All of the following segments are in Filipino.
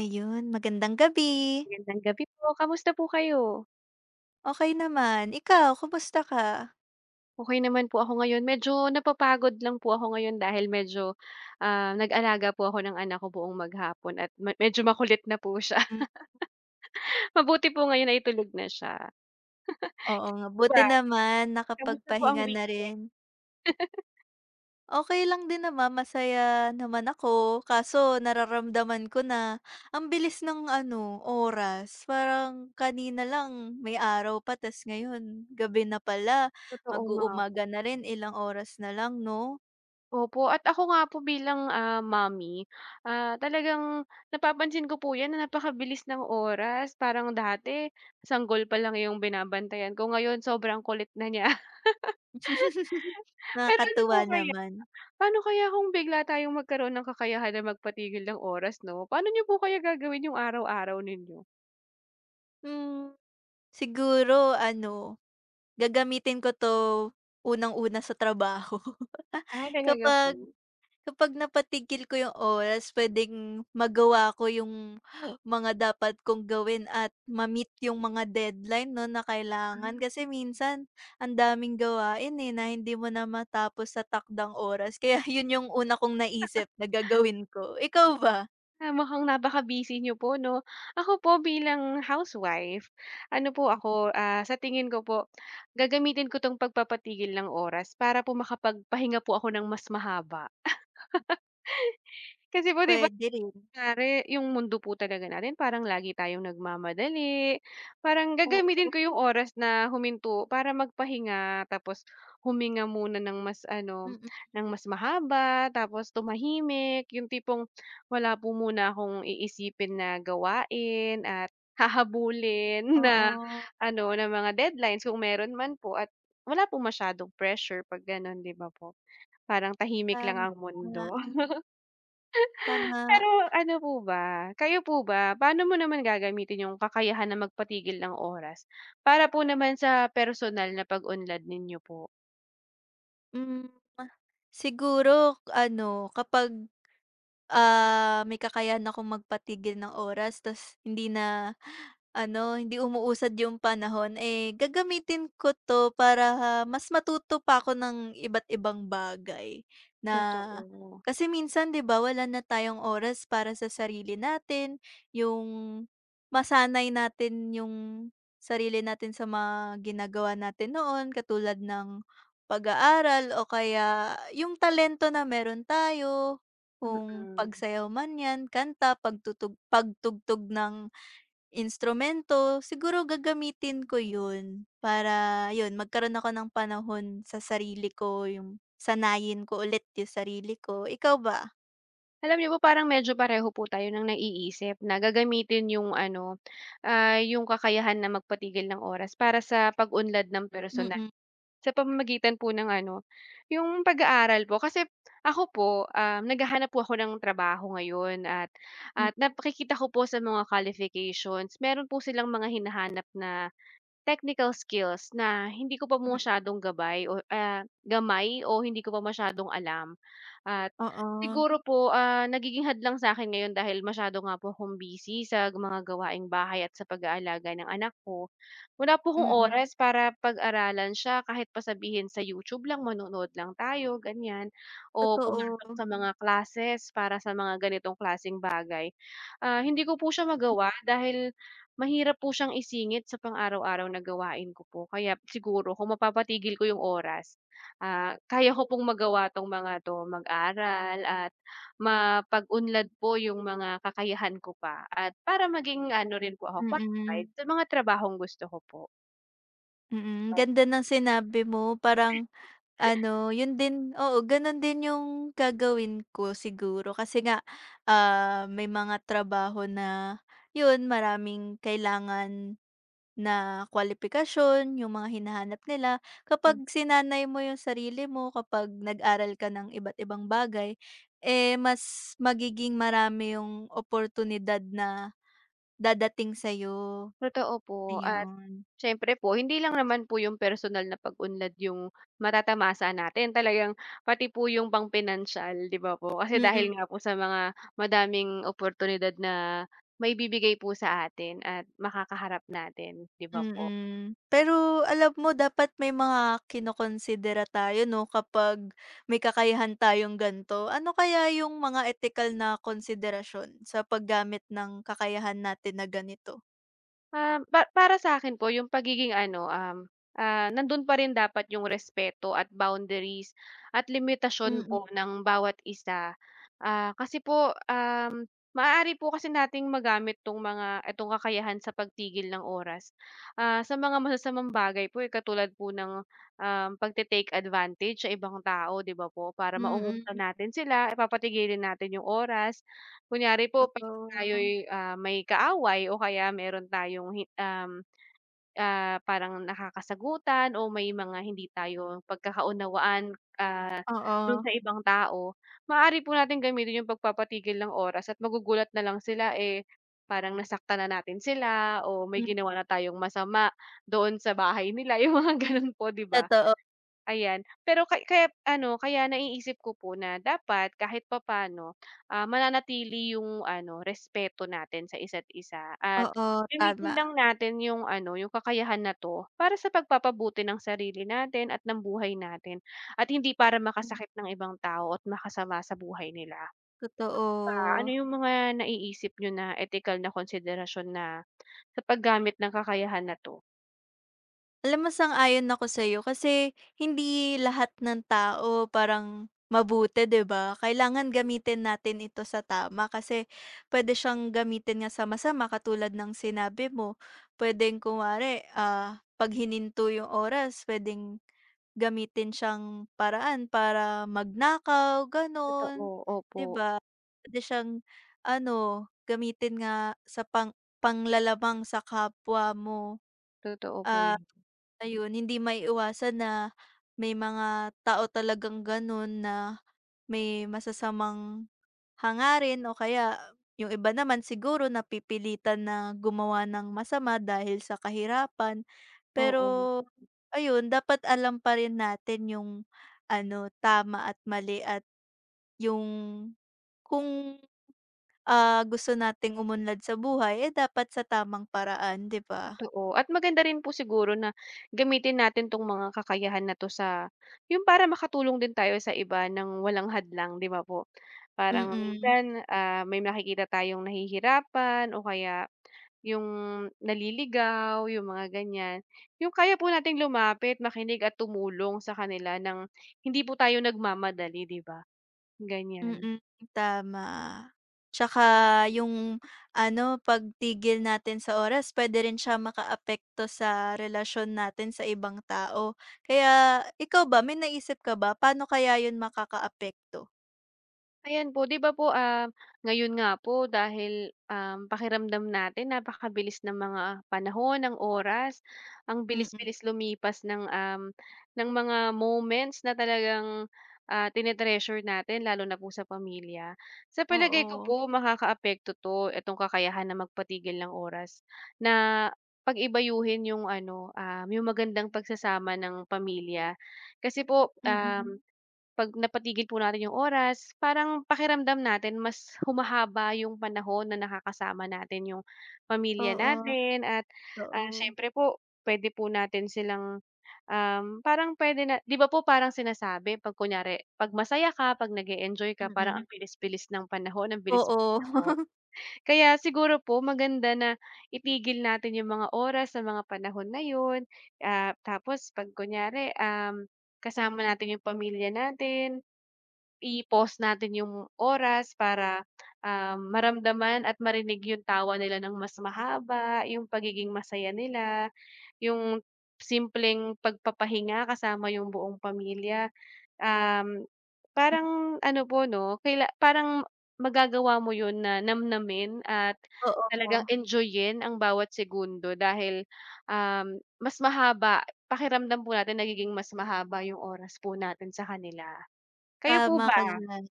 Ayun, magandang gabi. Magandang gabi po. Kamusta po kayo? Okey naman, ikaw kamusta ka? Okay naman po ako ngayon. Medyo napapagod lang po ako ngayon dahil medyo, nag-alaga po ako ng anak ko buong maghapon at me medyo makulit na po siya. Hmm. Mabuti po ngayon ay tulog na siya. Oo nga, Ba, buti naman Kamusta po ang nakapagpahinga na weekend? rin. Okey lang din naman, masaya naman ako kaso nararamdaman ko na ang bilis ng ano, oras. Parang kanina lang may araw pa ta's ngayon gabi na pala, Totoo nga po. mag-uumaga na rin, ilang oras na lang 'no? Opo, at ako nga po bilang, mommy, talagang napapansin ko po 'yan na napakabilis ng oras. Parang dati sanggol pa lang 'yung binabantayan ko, ngayon sobrang kulit na niya. Pero ano po Nakakatuwa kaya naman. paano kaya kung bigla tayong magkaroon ng kakayahan na magpatigil ng oras 'no? Paano niyo po kaya gagawin yung araw-araw ninyo? Hmm, siguro ano gagamitin ko 'to unang-una sa trabaho. Ah, talaga Kapag po? kapag napatigil ko yung oras puwedeng magawa ko yung mga dapat kong gawin at ma-meet yung mga deadline 'no, na kailangan. Kasi minsan ang daming gawain, eh, na hindi mo na matapos sa takdang oras. Kaya yun yung una kong naisip na gagawin ko. Ikaw ba? Ah, mukhang napaka-busy niyo po 'no? Ako po bilang housewife, ano po ako, sa tingin ko po, gagamitin ko 'tong pagpapatigil ng oras para po makapagpahinga po ako ng mas mahaba. Kasi po 'di ba? Puwede rin. Kunyari yung mundo po talaga natin parang lagi tayong nagmamadali, parang gagamitin Oo, ko yung oras na huminto para magpahinga tapos huminga muna ng mas ano, mm. ng mas mahaba tapos tumahimik, yung tipong wala po muna akong iisipin na gawain at hahabulin na Oo, ano, na mga deadlines kung meron man po at wala pong masyadong pressure 'pag gano'n, 'di ba po? Parang tahimik lang ang tama, mundo. tama. Pero ano po ba, kayo po ba, paano mo naman gagamitin yung kakayahan na magpatigil ng oras para po naman sa personal na pag-unlad ninyo po? Hmm, siguro ano kapag may kakayahan akong magpatigil ng oras ta's hindi na ano, hindi umuusad yung panahon, eh, gagamitin ko 'to para mas matuto pa ako ng iba't ibang bagay na Totoo, kasi minsan 'di ba wala na tayong oras para sa sarili natin, yung masanay natin yung sarili natin sa mga ginagawa natin noon katulad ng pag-aaral o kaya yung talento na meron tayo. Kung mm. pagsayaw man 'yan, kanta, pagtugtog ng instrumento, siguro gagamitin ko 'yun para 'yun magkaroon ako ng panahon sa sarili ko, yung sanayin ko ulit yung sarili ko. Ikaw ba? Alam niyo po parang medyo pareho po tayo ng naiisip na gagamitin yung ano, yung kakayahan na magpatigil ng oras para sa pag-unlad ng personal. Mm, Sa pamamagitan po ng ano, yung pag-aaral po. Kasi ako po, naghahanap po ako ng trabaho ngayon at mm, nakikita ko po sa mga qualifications, meron po silang mga hinahanap na technical skills na hindi ko pa masyadong gabay o gamay o hindi ko pa masyadong alam at oo, siguro po, nagiging hadlang sa akin ngayon dahil masyado nga po akong busy sa mga gawaing bahay at sa pag-aalaga ng anak ko. Wala po akong mm, oras para pag-aralan siya kahit pa sa YouTube lang, manonood lang tayo ganyan o totoo, pumasok sa mga classes para sa mga ganitong klasing bagay. Ah, hindi ko po siya magawa dahil mahirap po siyang isingit sa pang-araw-araw na gawain ko po kaya siguro kung mapapatigil ko yung oras, kaya ko pong magawa 'tong mga 'to, mag-aral at mapag-unlad po yung mga kakayahan ko pa at para maging ano rin po ako qualified mm, sa mga trabahong gusto ko po. mm. Ganda ng sinabi mo parang ano, yun din oo, ganun din yung gagawin ko siguro kasi nga, may mga trabaho na yun maraming kailangan na kwalifikasyon yung mga hinahanap nila. Kapag sinanay mo yung sarili mo, kapag nag-aral ka ng iba't ibang bagay, eh, mas magiging marami yung oportunidad na dadating sa'yo, Totoo po, at ayun. siyempre po hindi lang naman po yung personal na pag-unlad yung matatamasa natin, talagang pati po yung pang-pinansiyal, 'di ba po? Kasi dahil Mm. nga po sa mga madaming oportunidad na may bibigay po sa atin at makakaharap natin, 'di ba po? Mm. Pero alam mo dapat may mga kinokonsidera tayo 'no kapag may kakayahan tayong gan'to. Ano kaya yung mga ethical na konsiderasyon sa paggamit ng kakayahan natin na ganito? Um, pa para sa'kin po yung pagiging ano, nandun pa rin dapat yung respeto at boundaries at limitasyon Mm, po ng bawat isa. Ah, kasi po, maaari po kasi nating magamit 'tong mga itong kakayahan sa pagtigil ng oras, sa mga masasamang bagay po, eh, katulad po ng, pagte-take advantage sa ibang tao, 'di ba po? Para maungutan mm. natin sila, eh, papatigilin natin yung oras. Kunyari po Totoo. tayo'y, may kaaway o kaya meron tayong parang nakakasagutan o may mga hindi tayo pagkakaunawaan Oo. dun sa ibang tao, maaari po natin gamitin yung pagpapatigil ng oras at magugulat na lang sila, eh, parang nasaktan na natin sila o may Hmm, ginawa na tayong masama doon sa bahay nila, yung mga ganun po, 'di ba? totoo. Ayan, pero kaya naiisip ko po na dapat kahit papaano, mananatili yung ano, respeto natin sa isa't isa at Oo, gamitin tama. lang natin yung ano, yung kakayahan na 'to para sa pagpapabuti ng sarili natin at ng buhay natin at hindi para Hmm, makasakit ng ibang tao at makasama sa buhay nila. Ah, totoo. ano yung mga naiisip niyo na ethical na konsiderasyon na sa paggamit ng kakayahan na 'to? Alam mo sang-ayon ako sa'yo kasi hindi lahat ng tao parang mabuti, 'di ba? Kailangan gamitin natin ito sa tama kasi puwede siyang gamitin nga sa masama katulad ng sinabi mo. Puwedeng kunwari, 'pag hininto yung oras puwedeng gamitin siyang paraan para magnakaw, Totoo, gano'n, opo. 'di ba? Puwede siyang ano, gamitin nga sa panlalamang sa kapwa mo. Totoo po Ah, yun. ayun hindi maiiwasan na may mga tao talagang gano'n na may masasamang hangarin o kaya yung iba naman siguro napipilitan na gumawa ng masama dahil sa kahirapan. Pero Oo. ayun, dapat alam pa rin natin yung ano, tama at mali at yung kung, gusto nating umunlad sa buhay, eh, dapat sa tamang paraan, 'di ba? Totoo, at maganda rin po siguro na gamitin natin 'tong mga kakayahan na 'to sa yung para makatulong din tayo sa iba ng walang hadlang, 'di ba po? Parang Mm. minsan, may nakikita tayong nahihirapan o kaya yung naliligaw, yung mga ganyan. Yung kaya po nating lumapit, makinig at tumulong sa kanila ng hindi po tayo nagmamadali, 'di ba? Ganyan. Mm, tama. Tsaka yung ano, pagtigil natin sa oras puwede rin siya makaapekto sa relasyon natin sa ibang tao. Kaya ikaw ba, may naisip ka ba paano kaya yun makakaapekto? Ayan po, 'di ba po, ngayon nga po dahil, pakiramdam natin napakabilis ng mga panahon, ng oras, ang Mm, mm bilis-bilis lumipas ng mga moments na talagang, tine natin lalo na po sa pamilya. Sa palagay ko oo. po makakaapekto 'to, itong kakayahan na magpatigil ng oras na pag-ibayuhin yung ano, yung magandang pagsasama ng pamilya. Kasi po, Mm, mm um 'Pag napatigil po natin yung oras, parang pakiramdam natin mas humahaba yung panahon na nakakasama natin yung pamilya oo, natin at, totoo. siyempre po puwede po natin silang, parang puwede na 'di ba po parang sinasabi 'pag kunyari 'pag masaya ka, 'pag nag enjoy ka Mm, parang ang mm bilis-bilis ng panahon, ang bilis-bilis oo. ng oras. Kaya siguro po maganda na itigil natin yung mga oras sa mga panahon na yun, tapos 'pag kunyari, kasama natin yung pamilya natin I-pause natin yung oras para, maramdaman at marinig yung tawa nila ng mas mahaba, yung pagiging masaya nila, yung simpleng pagpapahinga kasama yung buong pamilya. Um, Hmm, parang ano po 'no, parang magagawa mo yun na namnamin at oo, talagang enjoyin ang bawat segundo dahil, mas mahaba pakiramdam po natin nagiging mas mahaba yung oras po natin sa kanila. Kayo po tama ka ba? diyan.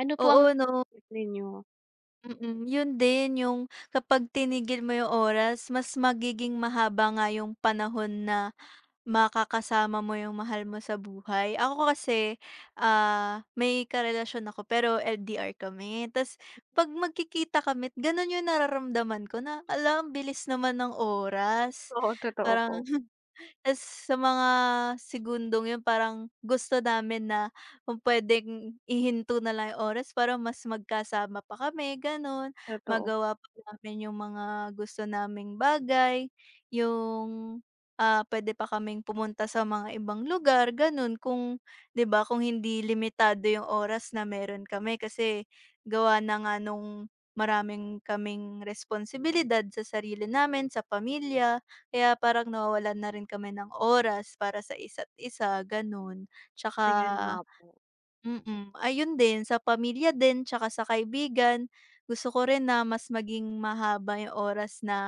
Ano po ang Oo 'no. ninyo? Mm, yun din yung kapag tinigil mo yung oras mas magiging mahaba nga yung panahon na makakasama mo yung mahal mo sa buhay. Ako kasi, may karelasyon ako pero LDR kami tas 'pag magkikita kami ganun yung nararamdaman ko na, "Hala ang bilis naman ng oras." Oo, totoo po, Parang Tas sa mga segundong yun parang gusto namin na kung puwedeng ihinto na lang yung oras para mas magkasama pa kami gano'n, totoo. magawa pa namin yung mga gusto naming bagay, yung, puwede pa kaming pumunta sa mga ibang lugar gano'n kung 'di ba kung hindi limitado yung oras na meron kami kasi gawa na nga nung maraming kaming responsibilidad sa sarili namin, sa pamilya. Kaya parang nawawalan na rin kami ng oras para sa isa't isa, gano'n. Tsaka Ayun nga po, ayun din sa pamilya din tsaka sa kaibigan, gusto ko rin na mas maging mahaba yung oras na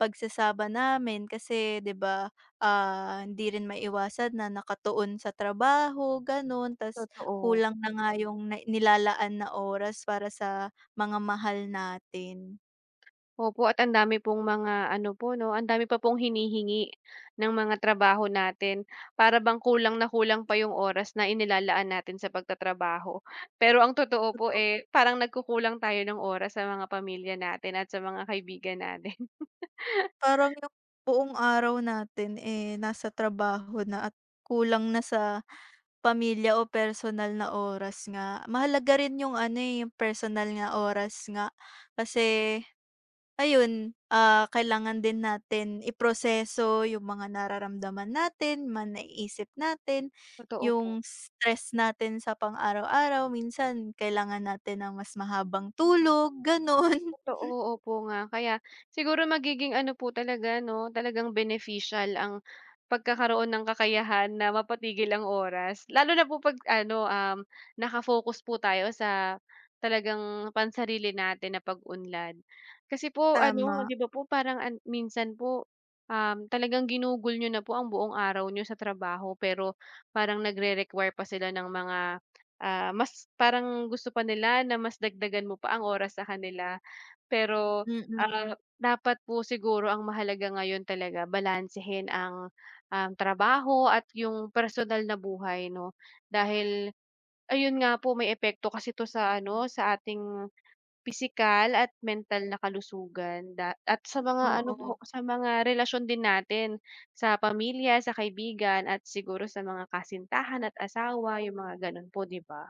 pagsasama namin kasi 'di ba, hindi rin maiwasan na nakatuon sa trabaho, gano'n. Ta's totoo. kulang na nga yung na nilalaan na oras para sa mga mahal natin. Opo, at ang dami pong mga ano po 'no, ang dami pa pong hinihingi ng mga trabaho natin. Para bang kulang na kulang pa yung oras na inilalaan natin sa pagtatrabaho. Pero ang totoo po, eh, parang nagkukulang tayo ng oras sa mga pamilya natin at sa mga kaibigan natin. Parang yung buong araw natin, eh, nasa trabaho na at kulang na sa pamilya o personal na oras nga. Mahalaga rin yung ano, eh, yung personal nga oras nga kasi ayun, kailangan din natin iproseso yung mga nararamdaman natin, mga naiisip natin, Totoo po. yung stress natin sa pang-araw-araw. Minsan kailangan natin ng mas mahabang tulog, gano'n. Totoo, opo nga. Kaya siguro magiging ano po talaga 'no, talagang beneficial ang pagkakaroon ng kakayahan na mapatigil ang oras. Lalo na po 'pag ano, nakafocus po tayo sa talagang pansarili natin na pag-unlad. Kasi po ano, Tama, 'di ba po parang minsan po, talagang ginugol niyo na po ang buong araw nyo sa trabaho pero parang nagre-require pa sila ng mga, mas parang gusto pa nila na mas dagdagan mo pa ang oras sa kanila. Pero, mm mm, dapat po siguro ang mahalaga ngayon talaga balansehin ang, trabaho at yung personal na buhay 'no. Dahil ayun nga po may epekto kasi 'to sa ano, sa ating pisikal at mental na kalusugan da at sa mga ano po, oo. sa mga relasyon din natin, sa pamilya, sa kaibigan at siguro sa mga kasintahan at asawa, yung mga gano'n po 'di ba?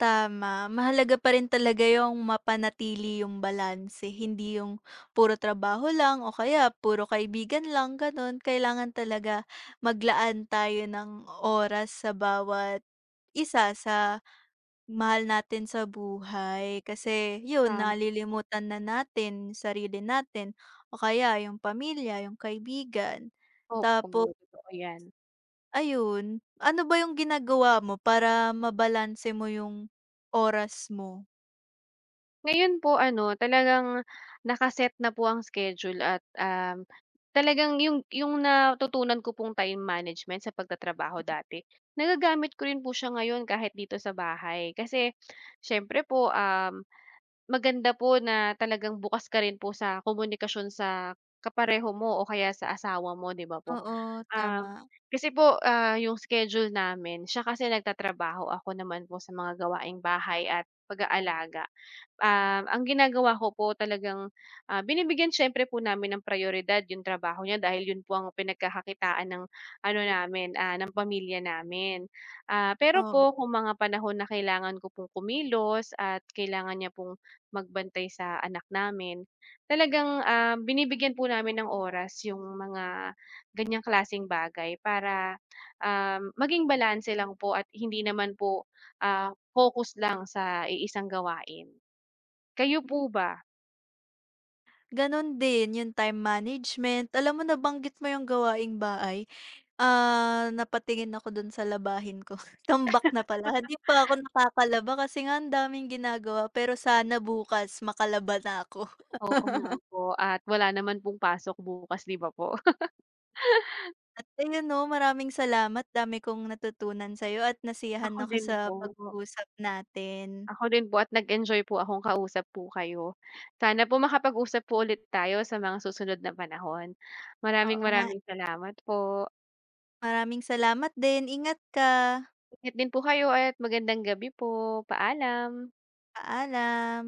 Tama, mahalaga pa rin talaga yung mapanatili yung balanse, hindi yung puro trabaho lang o kaya puro kaibigan lang, gano'n. Kailangan talaga maglaan tayo ng oras sa bawat isa sa mahal natin sa buhay. Kasi yun, Tam nalilimutan na natin yung sarili natin o kaya yung pamilya, yung kaibigan. opo, Tapos totoo 'yan. ayun, ano ba yung ginagawa mo para mabalanse mo yung oras mo? Ngayon po ano, talagang nakaset na po ang schedule at, talagang yung natutunan ko pong time management sa pagtatrabaho dati, nagagamit ko rin po siya ngayon kahit dito sa bahay. Kasi siyempre po, maganda po na talagang bukas ka rin po sa komunikasyon sa kapareho mo o kaya sa asawa mo, 'di ba po? Oo, tama. Um, kasi po, yung schedule namin siya kasi nagtatrabaho, ako naman po sa mga gawaing bahay at pag-aalaga. Ang ginagawa ko po talagang, binibigyan siyempre po namin ng prioridad yung trabaho niya dahil yun po ang pinagkakakitaan ng ano namin, ng pamilya namin. Ah, pero Oo, po kung mga panahon na kailangan ko pong kumilos at kailangan niya pong magbantay sa anak namin, talagang, binibigyan po namin ng oras yung mga ganyang klasing bagay para, maging balanse lang po at hindi naman po, focus lang sa iisang gawain. Kayo po ba? gano'n din yung time management. Alam mo nabanggit mo yung gawaing bahay, napatingin ako do'n sa labahin ko, tambak na pala. Hindi pa ako nakakalaba kasi nga ang daming ginagawa pero sana bukas makalaba na ako. Oo nga po at wala naman pong pasok bukas 'di ba po? At ayun 'no, maraming salamat dami kong natutunan sa'yo at nasiyahan Ako ako din sa po, pag-uusap natin. ako din po at nag-enjoy po akong kausap po kayo. Sana po makapag-usap po ulit tayo sa mga susunod na panahon. Maraming Oo nga, maraming salamat po. maraming salamat din. Ingat ka. Ingat din po kayo at magandang gabi po. Paalam. Paalam.